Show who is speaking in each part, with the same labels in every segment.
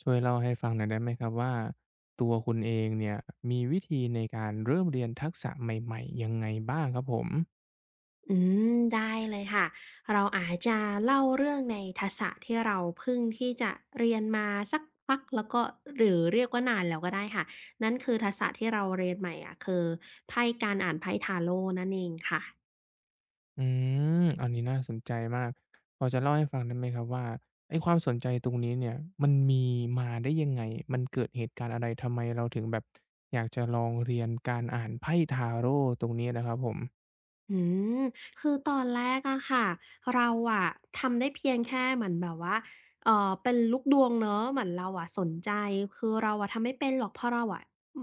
Speaker 1: ช่วยเล่าให้ฟังหน่อยได้ไหมครับว่าตัวคุณเองเนี่ยมีวิธีในการเริ่มเรียนทักษะใหม่ๆยังไงบ้างครับผม
Speaker 2: อืได้เลยค่ะ เราอาจจะเล่าเรื่องในทักษะที่เราเพิ่งที่จะเรียนมาสักพักแล้วก็หรือเรียกว่านานแล้วก็ได้ค่ะ นั่นคือทักษะที่เราเรียนใหม่อะคือไพ่การอ่านไพ่ t าโ o t นั่นเองค่ะ
Speaker 1: อืมอันนี้น่าสนใจมากพอจะเล่าให้ฟังได้ไหมครับว่าไอ้ความสนใจตรงนี้เนี่ยมันมีมาได้ยังไงมันเกิดเหตุการณ์อะไรทำไมเราถึงแบบอยากจะลองเรียนการอ่านไพ่ทาโรตตรงนี้นะครับผม
Speaker 2: อืมคือตอนแรกอะค่ะเราอะทำได้เพียงแค่เหมือนแบบว่าเออเป็นลูกดวงเนอะเหมือนเราอะสนใจคือเราอะทำไม่เป็นหรอกเพราะเราอะ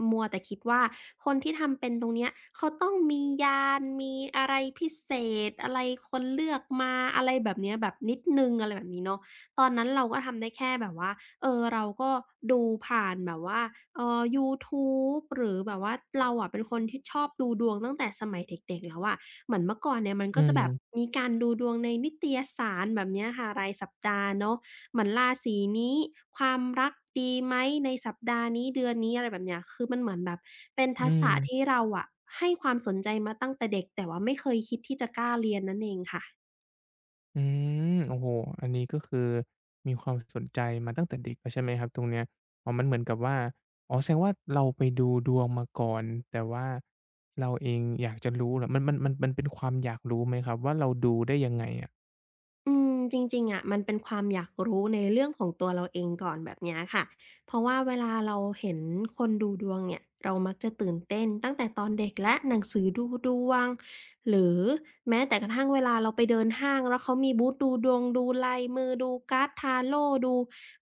Speaker 2: มัวแต่คิดว่าคนที่ทำเป็นตรงเนี้ยเขาต้องมียานมีอะไรพิเศษอะไรคนเลือกมาอะไรแบบเนี้ยแบบนิดนึงอะไรแบบนี้เนาะตอนนั้นเราก็ทำได้แค่แบบว่าเออเราก็ดูผ่านแบบว่ายูทูบหรือแบบว่าเราอะเป็นคนที่ชอบดูดวงตั้งแต่สมัยเด็กๆแล้วอะ เหมือนเมื่อก่อนเนี่ยมัน
Speaker 1: อื
Speaker 2: ก็จะ
Speaker 1: ม
Speaker 2: แบบมีการดูดวงในนิตยสารแบบเนี้ยค่ะรายสัปดาห์เนาะเหมือนราศีนี้ความรักดีไหมในสัปดาห์นี้เดือนนี้อะไรแบบเนี้ยคือมันเหมือนแบบเป็น
Speaker 1: อื
Speaker 2: ทักษะ
Speaker 1: ม
Speaker 2: ที่เราอะให้ความสนใจมาตั้งแต่เด็กแต่ว่าไม่เคยคิดที่จะกล้าเรียนนั่นเองค่ะ
Speaker 1: อืมโอ้โฮอันนี้ก็คือมีความสนใจมาตั้งแต่เด็กแล้วใช่ไหมครับตรงเนี้ยอ๋อมันเหมือนกับว่าอ๋อแสดงว่าเราไปดูดวงมาก่อนแต่ว่าเราเองอยากจะรู้เหรอมันเป็นความอยากรู้ไหมครับว่าเราดูได้ยังไงอะ
Speaker 2: จริงๆอะมันเป็นความอยากรู้ในเรื่องของตัวเราเองก่อนแบบเนี้ยค่ะเพราะว่าเวลาเราเห็นคนดูดวงเนี่ยเรามักจะตื่นเต้นตั้งแต่ตอนเด็กแล้วหนังสือดูดวงหรือแม้แต่กระทั่งเวลาเราไปเดินห้างแล้วเขามีบูธดูดวงดูลายมือดูการ์ดทาโรต์ดู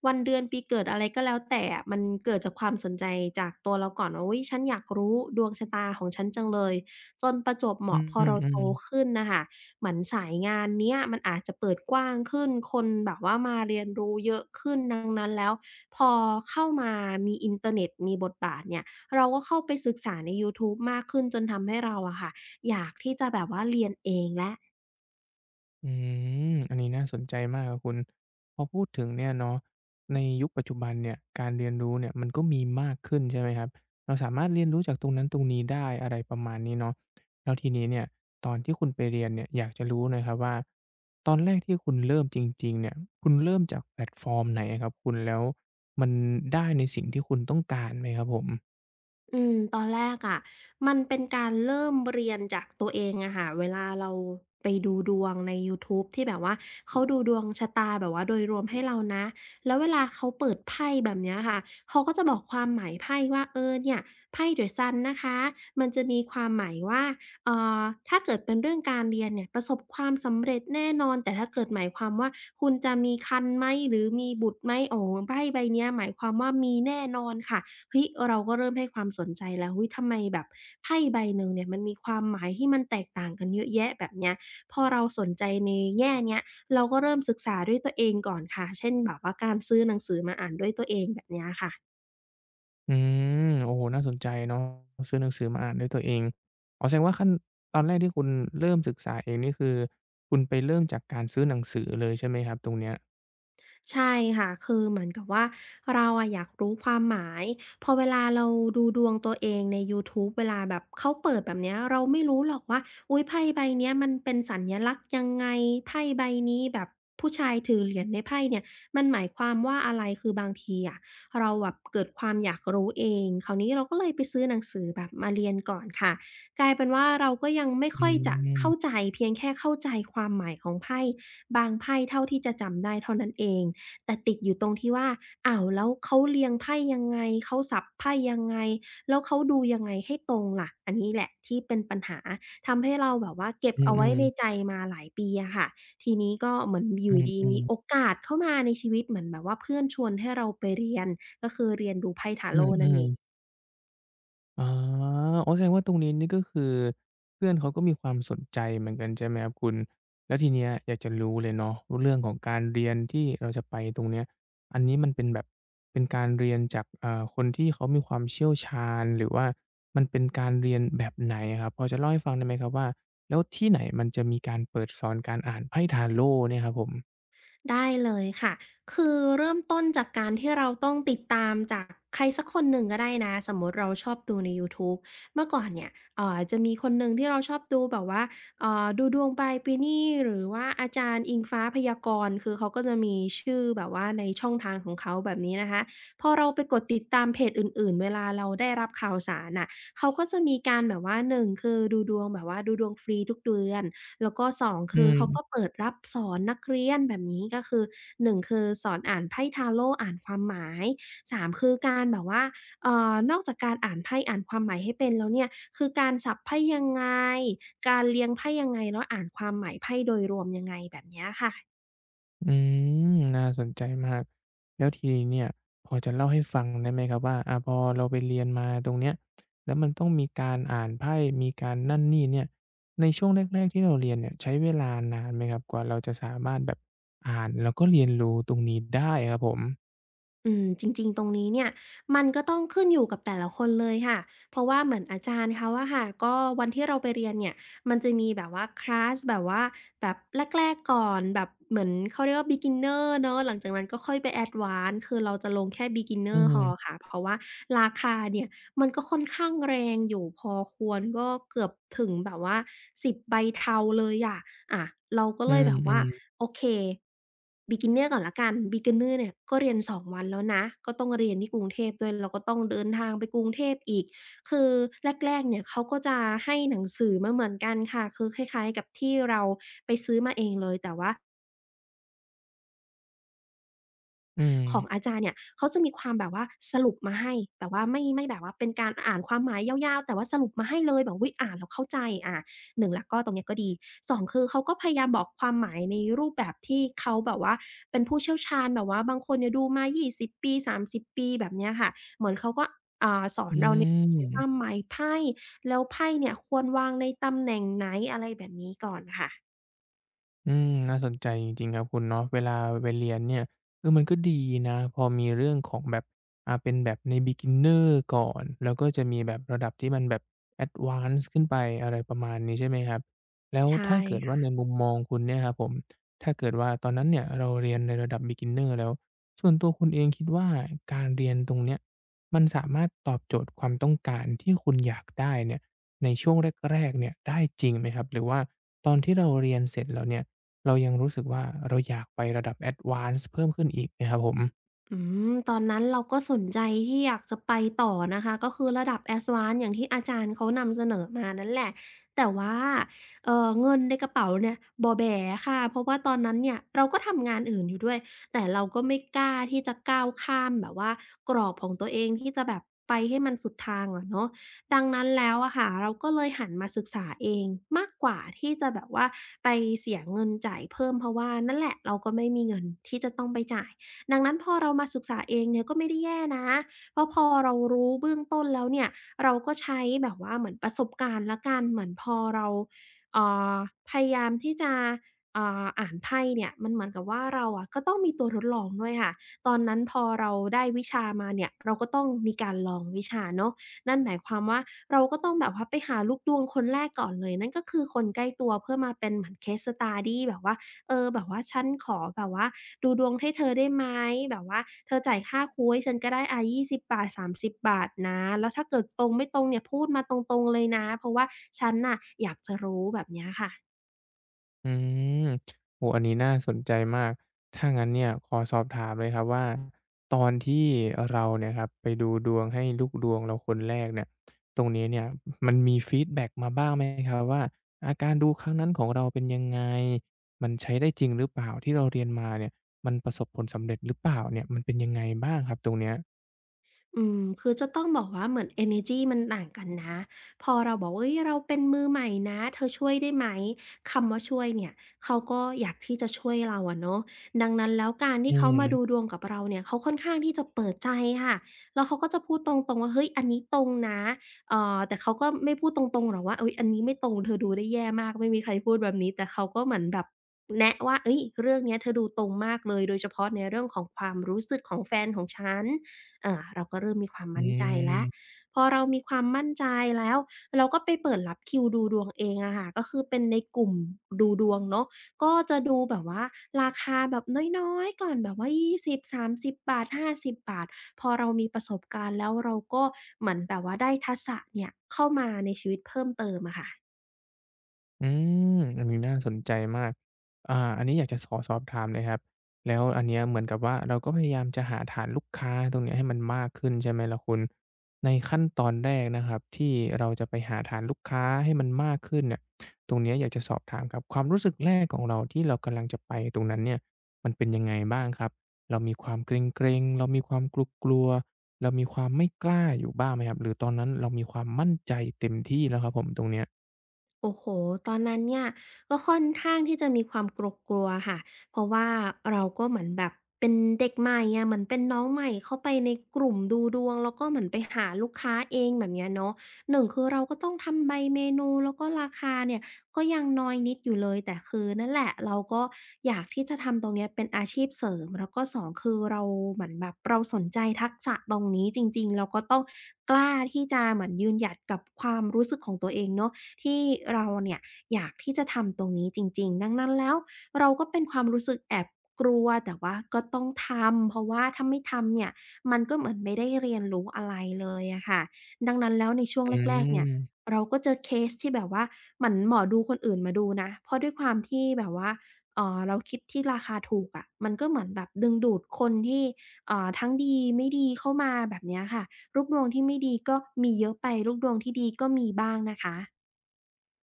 Speaker 2: วันเดือนปีเกิดอะไรก็แล้วแต่อะมันเกิดจากความสนใจจากตัวเราก่อนว่าอุ๊ยฉันอยากรู้ดวงชะตาของฉันจังเลยจนประจวบเห
Speaker 1: อื
Speaker 2: มาะพอเราโต
Speaker 1: มๆ
Speaker 2: ขึ้นน่ะค่ะ เหมือนสายงานเนี้ยมันอาจจะเปิดกว้างขึ้น คนแบบว่ามาเรียนรู้เยอะขึ้นดังนั้นแล้วพอเข้ามามีอินเทอร์เน็ตมีบทบาทเนี่ยเราก็เข้าไปศึกษาในยูทูบมากขึ้นจนทำให้เราอะค่ะอยากที่จะแบบว่าเรียนเองแล้ว
Speaker 1: อืมอันนี้น่าสนใจมากครับคุณพอพูดถึงเนี่ยเนาะในยุคปัจจุบันเนี่ยการเรียนรู้เนี่ยมันก็มีมากขึ้นใช่ไหมครับเราสามารถเรียนรู้จากตรงนั้นตรงนี้ได้อะไรประมาณนี้เนาะแล้วทีนี้เนี่ยตอนที่คุณไปเรียนเนี่ยอยากจะรู้หน่อยครับว่าตอนแรกที่คุณเริ่มจริงๆเนี่ยคุณเริ่มจากแพลตฟอร์มไหนอะครับคุณแล้วมันได้ในสิ่งที่คุณต้องการไหมครับผม
Speaker 2: ตอนแรกอะมันเป็นการเริ่มเรียนจากตัวเองอะค่ะเวลาเราไปดูดวงในยูทูบที่แบบว่าเขาดูดวงชะตาแบบว่าโดยรวมให้เรานะแล้วเวลาเขาเปิดไพ่แบบเนี้ยค่ะเขาก็จะบอกความหมายไพ่ว่าเออเนี่ยไพ่ The Sun นะคะมันจะมีความหมายว่าเอ่อถ้าเกิดเป็นเรื่องการเรียนเนี่ยประสบความสำเร็จแน่นอนแต่ถ้าเกิดหมายความว่าคุณจะมีครรภ์ไหมหรือมีบุตรไหมโอ้โฮไพ่ใบเนี้ยหมายความว่ามีแน่นอนค่ะ เฮ้ยเราก็เริ่มให้ความสนใจแล้วเฮ้ยทำไมแบบไพ่ใบหนึ่งเนี่ยมันมีความหมายที่มันแตกต่างกันเยอะแยะแบบเนี้ยพอเราสนใจในแง่เนี้ยเราก็เริ่มศึกษาด้วยตัวเองก่อนค่ะเช่นแบบว่าการซื้อหนังสือมาอ่านด้วยตัวเองแบบเนี้ยค่ะ
Speaker 1: อืมโอ้โฮน่าสนใจเนาะซื้อหนังสือมาอ่านด้วยตัวเองอ๋อแสดงว่าขั้นตอนแรกที่คุณเริ่มศึกษาเองนี่คือคุณไปเริ่มจากการซื้อหนังสือเลยใช่ไหมครับตรงเนี้ย
Speaker 2: ใช่ค่ะคือเหมือนกับว่าเราอะอยากรู้ความหมายพอเวลาเราดูดวงตัวเองในยูทูบเวลาแบบเขาเปิดแบบเนี้ยเราไม่รู้หรอกว่าอุ๊ยไพ่ใบเนี้ยมันเป็นสัญลักษณ์ยังไงไพ่ใบนี้แบบผู้ชายถือเหรียญในไพ่เนี่ยมันหมายความว่าอะไรคือบางทีอะเราแบบเกิดความอยากรู้เองคราวนี้เราก็เลยไปซื้อหนังสือแบบมาเรียนก่อนค่ะกลายเป็นว่าเราก็ยังไม่
Speaker 1: อื
Speaker 2: ค่อยจะ
Speaker 1: ม
Speaker 2: เข้าใจเพียงแค่เข้าใจความหมายของไพ่บางไพ่เท่าที่จะจำได้เท่านั้นเอง แต่ติดอยู่ตรงที่ว่าอ้าวแล้วเขาเรียงไพ่ยังไงเขาสับไพ่ยังไงแล้วเขาดูยังไงให้ตรงล่ะอันนี้แหละที่เป็นปัญหาทำให้เราแบบว่าเก็บ
Speaker 1: อื
Speaker 2: เอาไว้
Speaker 1: อ
Speaker 2: ในใจ
Speaker 1: ๆ
Speaker 2: มาหลายปีอะค่ะทีนี้ก็เหมือนอ
Speaker 1: อื
Speaker 2: ยู่ดีๆ
Speaker 1: อ
Speaker 2: มีโอ
Speaker 1: ๆ
Speaker 2: กาสเข้ามาในชีวิตเหมือนแบบว่าเพื่อนชวนให้เราไปเรียนก็คือเรียนดูไพ่
Speaker 1: อื
Speaker 2: Tarot นั่นเอ
Speaker 1: อ
Speaker 2: ง
Speaker 1: ๆ อ๋ออ๋อแสดงว่าตรงนี้นี่ก็คือเพื่อนเขาก็มีความสนใจเหมือนกันใช่ไหมครับคุณแล้วทีเนี้ยอยากจะรู้เลยเนาะเรื่องของการเรียนที่เราจะไปตรงเนี้ยอันนี้มันเป็นแบบเป็นการเรียนจากคนที่เขามีความเชี่ยวชาญหรือว่ามันเป็นการเรียนแบบไหนอะครับพอจะเล่าให้ฟังได้ไหมครับว่าแล้วที่ไหนมันจะมีการเปิดสอนการอ่านไพ่ Tarot เนี่ยครับผม
Speaker 2: ได้เลยค่ะคือเริ่มต้นจากการที่เราต้องติดตามจากใครสักคนหนึ่งก็ได้นะสมมุติเราชอบดูในยูทูบเมื่อก่อนเนี่ยจะมีคนหนึ่งที่เราชอบดูแบบว่าดูดวงปลายปีนี่หรือว่าอาจารย์อิงฟ้าพยากรณ์คือเขาก็จะมีชื่อแบบว่าในช่องทางของเขาแบบนี้นะคะพอเราไปกดติดตามเพจอื่นๆเวลาเราได้รับข่าวสารน่ะเขาก็จะมีการแบบว่าหนึ่งคือดูดวงแบบว่าดูดวงฟรีทุกเดือน แล้วก็2
Speaker 1: อื
Speaker 2: คือเขาก็
Speaker 1: ม
Speaker 2: เปิดรับสอนนักเรียนแบบนี้ก็คือ1คือสอนอ่านไพ่ทาโรต์อ่านความหมาย3คือการแบบว่านอกจากการอ่านไพ่อ่านความหมายให้เป็นแล้วเนี่ยคือการสับไพ่ยังไงการเรียงไพ่ยังไงแล้วอ่านความหมายไพ่โดยรวมยังไงแบบเนี้ยค่ะ
Speaker 1: อืมน่าสนใจมากแล้วทีนี้เนี่ยพอจะเล่าให้ฟังได้ไหมครับว่าอาพอเราไปเรียนมาตรงเนี้ยแล้วมันต้องมีการอ่านไพ่มีการนั่นนี่เนี่ยในช่วงแรกๆที่เราเรียนเนี่ยใช้เวลานานไหมครับกว่าเราจะสามารถแบบอ่านแล้วก็เรียนรู้ตรงนี้ได้ครับผม
Speaker 2: อืมจริงๆตรงนี้เนี่ยมันก็ต้องขึ้นอยู่กับแต่ละคนเลยค่ะเพราะว่าเหมือนอาจารย์เขาอะค่ะก็วันที่เราไปเรียนเนี่ยมันจะมีแบบว่าคลาสแบบว่าแบบแรกๆก่อนแบบเหมือนเขาเรียกว่า beginner เนาะหลังจากนั้นก็ค่อยไป advance คือเราจะลงแค่
Speaker 1: อื
Speaker 2: beginner พอ
Speaker 1: ม
Speaker 2: ค่ะเพราะว่าราคาเนี่ยมันก็ค่อนข้างแรงอยู่พอควรก็เกือบถึงแบบว่า10ใบเทาเลยอะ อะเราก็
Speaker 1: อื
Speaker 2: เลยแบบว่า
Speaker 1: มๆ
Speaker 2: โอเค beginner ก่อนละกัน beginner เนี่ยก็เรียน2วันแล้วนะก็ต้องเรียนที่กรุงเทพด้วยเราก็ต้องเดินทางไปกรุงเทพอีกคือแรกๆเนี่ยเขาก็จะให้หนังสือมาเหมือนกันค่ะคือคล้ายๆกับที่เราไปซื้อมาเองเลยแต่ว่า
Speaker 1: อืม
Speaker 2: ของอาจารย์เนี่ยเขาจะมีความแบบว่าสรุปมาให้แต่ว่าไม่แบบว่าเป็นการอ่านความหมายยาวๆแต่ว่าสรุปมาให้เลยแบบอุ๊ยอ่านแล้วเข้าใจอาหนึ่งแล้วก็ตรงเนี้ยก็ดีสองคือเขาก็พยายามบอกความหมายในรูปแบบที่เขาแบบว่าเป็นผู้เชี่ยวชาญแบบว่าบางคนเนี่ยดูมา20ปี30ปีแบบเนี้ยค่ะเหมือนเขาก็
Speaker 1: อื
Speaker 2: ความ
Speaker 1: ม
Speaker 2: หมายไพ่แล้วไพ่เนี่ยควรวางในตำแหน่งไหนอะไรแบบนี้ก่อนค่ะ
Speaker 1: อืมน่าสนใจจริงๆครับคุณเนาะเวลาไปเรียนเนี่ยเออมันก็ดีนะพอมีเรื่องของแบบอ่าเป็นแบบใน beginner ก่อนแล้วก็จะมีแบบระดับที่มันแบบแอดวานซ์ขึ้นไปอะไรประมาณนี้ใช่ไหมครับแล้ว
Speaker 2: ใช่
Speaker 1: ถ้าเกิดว่าใน
Speaker 2: ค่ะ
Speaker 1: มุมมองคุณเนี่ยครับผมถ้าเกิดว่าตอนนั้นเนี่ยเราเรียนในระดับ beginner แล้วส่วนตัวคุณเองคิดว่าการเรียนตรงเนี้ยมันสามารถตอบโจทย์ความต้องการที่คุณอยากได้เนี่ยในช่วงแรกๆเนี่ยได้จริงไหมครับหรือว่าตอนที่เราเรียนเสร็จแล้วเนี่ย เรายังรู้สึกว่าเราอยากไประดับ Advance เพิ่มขึ้นอีกนะครับผม
Speaker 2: อืมตอนนั้นเราก็สนใจที่อยากจะไปต่อนะคะก็คือระดับ Advance อย่างที่อาจารย์เขานำเสนอมานั่นแหละแต่ว่าเงินในกระเป๋าเนี่ยบ่อแบ่ค่ะเพราะว่าตอนนั้นเนี่ยเราก็ทำงานอื่นอยู่ด้วยแต่เราก็ไม่กล้าที่จะก้าวข้ามแบบว่ากรอบของตัวเองที่จะแบบไปให้มันสุดทางอะเนาะดังนั้นแล้วอะค่ะเราก็เลยหันมาศึกษาเองมากกว่าที่จะแบบว่าไปเสียเงินจ่ายเพิ่มเพราะว่านั่นแหละเราก็ไม่มีเงินที่จะต้องไปจ่าย ดังนั้นพอเรามาศึกษาเองเนี่ยก็ไม่ได้แย่นะเพราะพอเรารู้เบื้องต้นแล้วเนี่ยเราก็ใช้แบบว่าเหมือนประสบการณ์แล้วกันเหมือนพอเราเอ่อพยายามที่จะอ่านไพ่เนี่ยมันเหมือนกับว่าเราอะก็ต้องมีตัวทดลองด้วยค่ะตอนนั้นพอเราได้วิชามาเนี่ยเราก็ต้องมีการลองวิชาเนาะนั่นหมายความว่าเราก็ต้องแบบว่าไปหาลูกดวงคนแรกก่อนเลยนั่นก็คือคนใกล้ตัวเพื่อมาเป็นเหมือน case study แบบว่า เออแบบว่าฉันขอแบบว่าดูดวงให้เธอได้ไหมแบบว่าเธอจ่ายค่าครูลให้ฉันก็ได้อา20บบาท30บบาทนะแล้วถ้าเกิดตรงไม่ตรงเนี่ยพูดมาตรงๆเลยนะเพราะว่าฉันน่ะอยากจะรู้แบบเนี้ยค่ะ
Speaker 1: อืมโอ้โฮอันนี้น่าสนใจมากถ้างั้นเนี่ยขอสอบถามเลยครับว่าตอนที่เราเนี่ยครับไปดูดวงให้ลูกดวงเราคนแรกเนี่ยตรงนี้เนี่ยมันมีฟีดแบ็กมาบ้างไหมครับว่าอาการดูครั้งนั้นของเราเป็นยังไงมันใช้ได้จริงหรือเปล่าที่เราเรียนมาเนี่ยมันประสบผลสำเร็จหรือเปล่าเนี่ยมันเป็นยังไงบ้างครับตรงเนี้ย
Speaker 2: อืมคือจะต้องบอกว่าเหมือนเอเนรจีมันต่างกันนะพอเราบอกว่าเฮ้ยเราเป็นมือใหม่นะเธอช่วยได้ไหมคำว่าช่วยเนี่ยเขาก็อยากที่จะช่วยเราอะเนาะดังนั้นแล้วการ
Speaker 1: อื
Speaker 2: ที่เขามาดู
Speaker 1: ม
Speaker 2: ดวงกับเราเนี่ยเขาค่อนข้างที่จะเปิดใจค่ะแล้วเขาก็จะพูดตรงๆว่าเฮ้ยอันนี้ตรงนะแต่เขาก็ไม่พูดตรงๆหรอกว่าอุ๊ยอันนี้ไม่ตรงเธอดูได้แย่มากไม่มีใครพูดแบบนี้แต่เขาก็เหมือนแบบแนะว่าเฮ้ยเรื่องเนี้ยเธอดูตรงมากเลยโดยเฉพาะในเรื่องของความรู้สึกของแฟนของฉัน อ่าเราก็เริ่มมีความ
Speaker 1: อื
Speaker 2: มั่นใจแล้ว
Speaker 1: ม
Speaker 2: พอเรามีความมั่นใจแล้วเราก็ไปเปิดรับคิวดูดวงเองอะค่ะก็คือเป็นในกลุ่มดูดวงเนาะก็จะดูแบบว่าราคาแบบน้อยๆก่อนแบบว่ายี่สิบสามสิบบาท50บบาทพอเรามีประสบการณ์แล้วเราก็เหมือนแบบว่าได้ทักษะเนี่ยเข้ามาในชีวิตเพิ่มเติมอะค่ะ
Speaker 1: อืมอันนี้น่าสนใจมากอ่าอันนี้อยากจะขอสอบถามเลยครับแล้วอันเนี้ยเหมือนกับว่าเราก็พยายามจะหาฐานลูกค้าตรงเนี้ยให้มันมากขึ้นใช่ไหมล่ะคุณในขั้นตอนแรกนะครับที่เราจะไปหาฐานลูกค้าให้มันมากขึ้นเนี่ยตรงเนี้ยอยากจะสอบถามครับความรู้สึกแรกของเราที่เรากำลังจะไปตรงนั้นเนี่ยมันเป็นยังไงบ้างครับเรามีความเกร็งๆเรามีความกลัวๆเรามีความไม่กล้าอยู่บ้างไหมครับหรือตอนนั้นเรามีความมั่นใจเต็มที่แล้วครับผมตรงเนี้ย
Speaker 2: โอ้โห ตอนนั้นเนี่ยก็ค่อนข้างที่จะมีความกลัวๆค่ะเพราะว่าเราก็เหมือนแบบเป็นเด็กใหม่อะเหมือนเป็นน้องใหม่เข้าไปในกลุ่มดูดวงแล้วก็เหมือนไปหาลูกค้าเองแบบเนี้ยเนาะหนึ่งคือเราก็ต้องทำใบเมนูแล้วก็ราคาเนี่ยก็ยังน้อยนิดอยู่เลยแต่คือนั่นแหละเราก็อยากที่จะทำตรงเนี้ยเป็นอาชีพเสริมแล้วก็สองคือเราเหมือนแบบเราสนใจทักษะตรงนี้จริงๆเราก็ต้องกล้าที่จะเหมือนยืนหยัดกับความรู้สึกของตัวเองเนาะ ที่เราเนี่ยอยากที่จะทำตรงนี้จริงๆดังนั้นแล้วเราก็เป็นความรู้สึกแอบกลัวแต่ว่าก็ต้องทำเพราะว่าถ้าไม่ทำเนี่ยมันก็เหมือนไม่ได้เรียนรู้อะไรเลยอะค่ะดังนั้นแล้วในช่วง
Speaker 1: อื
Speaker 2: แรกๆเนี่ย
Speaker 1: ม
Speaker 2: เราก็เจอเคสที่แบบว่าเหมือนหมอดูคนอื่นมาดูนะเพราะด้วยความที่แบบว่าเราคิดที่ราคาถูกอะมันก็เหมือนแบบดึงดูดคนที่ทั้งดีไม่ดีเข้ามาแบบเนี้ยค่ะลูกดวงที่ไม่ดีก็มีเยอะไปลูกดวงที่ดีก็มีบ้างนะคะ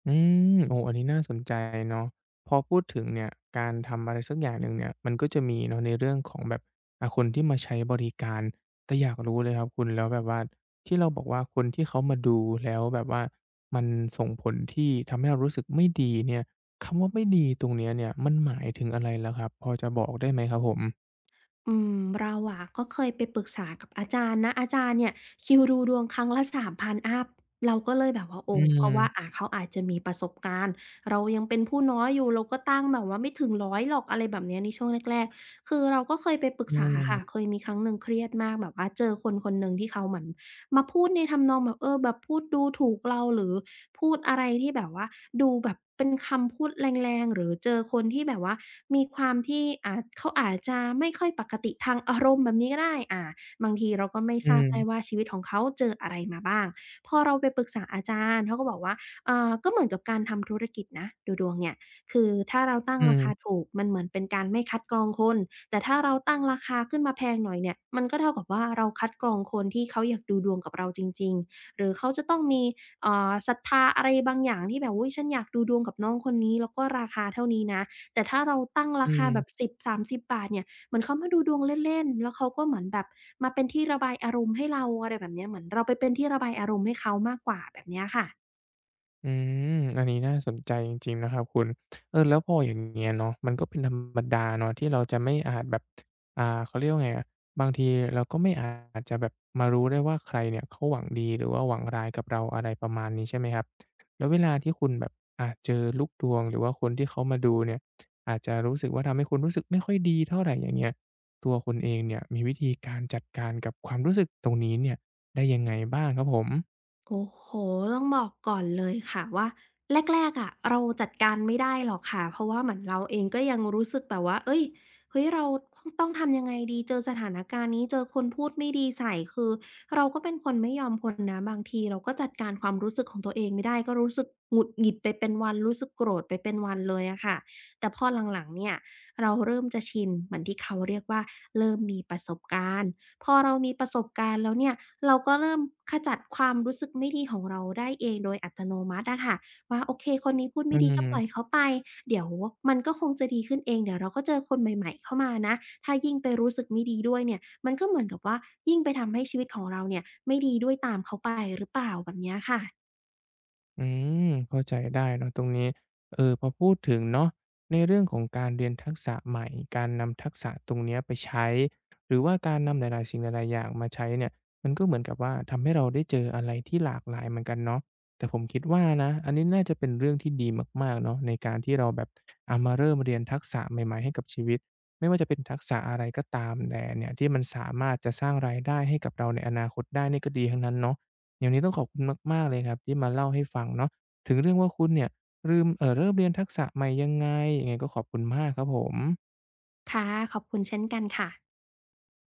Speaker 1: อืมโอ้อันนี้น่าสนใจเนาะพอพูดถึงเนี่ยการทำอะไรสักอย่างหนึ่งเนี่ยมันก็จะมีเนาะในเรื่องของแบบคนที่มาใช้บริการแต่อยากรู้เลยครับคุณแล้วแบบว่าที่เราบอกว่าคนที่เขามาดูแล้วแบบว่ามันส่งผลที่ทำให้เรารู้สึกไม่ดีเนี่ยคำว่าไม่ดีตรงเนี้ยเนี่ยมันหมายถึงอะไรเหรอครับพอจะบอกได้ไหมครับผม
Speaker 2: อืมเราอะก็เคยไปปรึกษากับอาจารย์นะอาจารย์เนี่ยคิวดูดวงครั้งละสามพันอัพเราก็เลยแบบว่าโอ้
Speaker 1: อื
Speaker 2: เพราะว่าอ่า
Speaker 1: ม
Speaker 2: เขาอาจจะมีประสบการณ์เรายังเป็นผู้น้อยอยู่เราก็ตั้งแบบว่าไม่ถึงร้0ยหรอกอะไรแบบเนี้ยในช่วงแรกๆคือเราก็เคยไปปรึก
Speaker 1: อื
Speaker 2: ษาค่ะเค
Speaker 1: ม
Speaker 2: ยมีครั้งหนึ่งเครียดมากแบบว่าเจอคนคนหนึ่งที่เขาเหมือนมาพูดในทำนองแบบเออแบบพูดดูถูกเราหรือ พูดอะไรที่แบบว่าดูแบบเป็นคำพูดแรงๆหรือเจอคนที่แบบว่ามีความที่อ่าเขาอาจจะไม่ค่อยปกติทางอารมณ์แบบนี้ก็ได้อ่าบางทีเราก็ไม่
Speaker 1: อื
Speaker 2: ทราบได้ว่า
Speaker 1: ม
Speaker 2: ชีวิตของเขาเจออะไรมาบ้างพอเราไปปรึกษาอาจารย์เขาก็บอกว่าเอ่าก็เหมือนกับการทำธุรกิจนะดูดวงเนี่ยคือถ้าเราตั้ง
Speaker 1: อื
Speaker 2: รา
Speaker 1: ม
Speaker 2: คาถูกมันเหมือนเป็นการไม่คัดกรองคนแต่ถ้าเราตั้งราคาขึ้นมาแพงหน่อยเนี่ยมันก็เท่ากับว่าเราคัดกรองคนที่เขาอยากดูดวงกับเราจริงๆหรือเขาจะต้องมี ศรัทธาอะไรบางอย่างที่แบบอุ๊ยฉันอยากดูดวงกับน้องคนนี้แล้วก็ราคาเท่านี้นะแต่ถ้าเราตั้งรา
Speaker 1: อื
Speaker 2: คา
Speaker 1: ม
Speaker 2: แบบ10-30บสามสิบบาทเนี่ยเหมือนเขามาดูดวงเล่นๆแล้วเขาก็เหมือนแบบมาเป็นที่ระบายอารมณ์ให้เราอะไรแบบเนี้ยเหมือนเราไปเป็นที่ระบายอารมณ์ให้เขามากกว่าแบบเนี้ยค่ะ
Speaker 1: อืมอันนี้น่าสนใจจริงๆนะครับคุณเออแล้วพออย่างเงี้ยเนาะมันก็เป็นธรรมดาเนาะที่เราจะไม่อาจแบบเขาเรียกว่าไงอะบางทีเราก็ไม่อาจจะแบบมารู้ได้ว่าใครเนี่ยเขาหวังดีหรือว่าหวังร้ายกับเราอะไรประมาณนี้ใช่ไหมครับแล้วเวลาที่คุณแบบเจอลูกดวงหรือว่าคนที่เขามาดูเนี่ยอาจจะรู้สึกว่าทำให้คุณรู้สึกไม่ค่อยดีเท่าไรอย่างเงี้ยตัวคุณเองเนี่ยมีวิธีการจัดการกับความรู้สึกตรงนี้เนี่ยได้ยังไงบ้างครับผม
Speaker 2: โอ้โฮต้องบอกก่อนเลยค่ะว่าแรกๆอะเราจัดการไม่ได้หรอกค่ะเพราะว่าเหมือนเราเองก็ยังรู้สึกแบบว่าเฮ้ยเฮ้ยเราคต้องทำยังไงดีเจอสถานการณ์นี้เจอคนพูดไม่ดีใส่คือเราก็เป็นคนไม่ยอมคนนะบางทีเราก็จัดการความรู้สึกของตัวเองไม่ได้ก็รู้สึกหงุดหงิดไปเป็นวันรู้สึกโกรธไปเป็นวันเลยอะค่ะแต่พอหลังๆเนี่ยเราเริ่มจะชินเหมือนที่เขาเรียกว่าเริ่มมีประสบการณ์พอเรามีประสบการณ์แล้วเนี่ย เราก็เริ่มขจัดความรู้สึกไม่ดีของเราได้เองโดยอัตโนมัติอะค่ะว่าโอเคคนนี้พูด
Speaker 1: อื
Speaker 2: ไม่ดีก็ปล่อย
Speaker 1: ม
Speaker 2: เขาไปเดี๋ยวมันก็คงจะดีขึ้นเองเดี๋ยวเราก็เจอคนใหม่ๆเข้ามานะถ้ายิ่งไปรู้สึกไม่ดีด้วยเนี่ยมันก็เหมือนกับว่ายิ่งไปทำให้ชีวิตของเราเนี่ยไม่ดีด้วยตามเขาไปหรือเปล่าแบบเนี้ยค่ะ
Speaker 1: อืมเข้าใจได้เนาะตรงนี้เออพอพูดถึงเนาะในเรื่องของการเรียนทักษะใหม่การนำทักษะตรงเนี้ยไปใช้หรือว่าการนำหลายๆสิ่งหลายๆอย่างมาใช้เนี่ยมันก็เหมือนกับว่าทำให้เราได้เจออะไรที่หลากหลายเหมือนกันเนาะแต่ผมคิดว่านะอันนี้น่าจะเป็นเรื่องที่ดีมากๆเนาะในการที่เราแบบเอามาเริ่มเรียนทักษะใหม่ๆให้กับชีวิตไม่ว่าจะเป็นทักษะอะไรก็ตามแต่เนี่ยที่มันสามารถจะสร้างรายได้ให้กับเราในอนาคตได้นี่ก็ดีทั้งนั้นเนาะ อย่างนี้ต้องขอบคุณมากๆเลยครับที่มาเล่าให้ฟังเนาะถึงเรื่องว่าคุณเนี่ยลืมเริ่มเรียนทักษะใหม่ยังไงยังไงก็ขอบคุณมากครับผม
Speaker 2: ค่ะขอบคุณเช่นกันค่ะ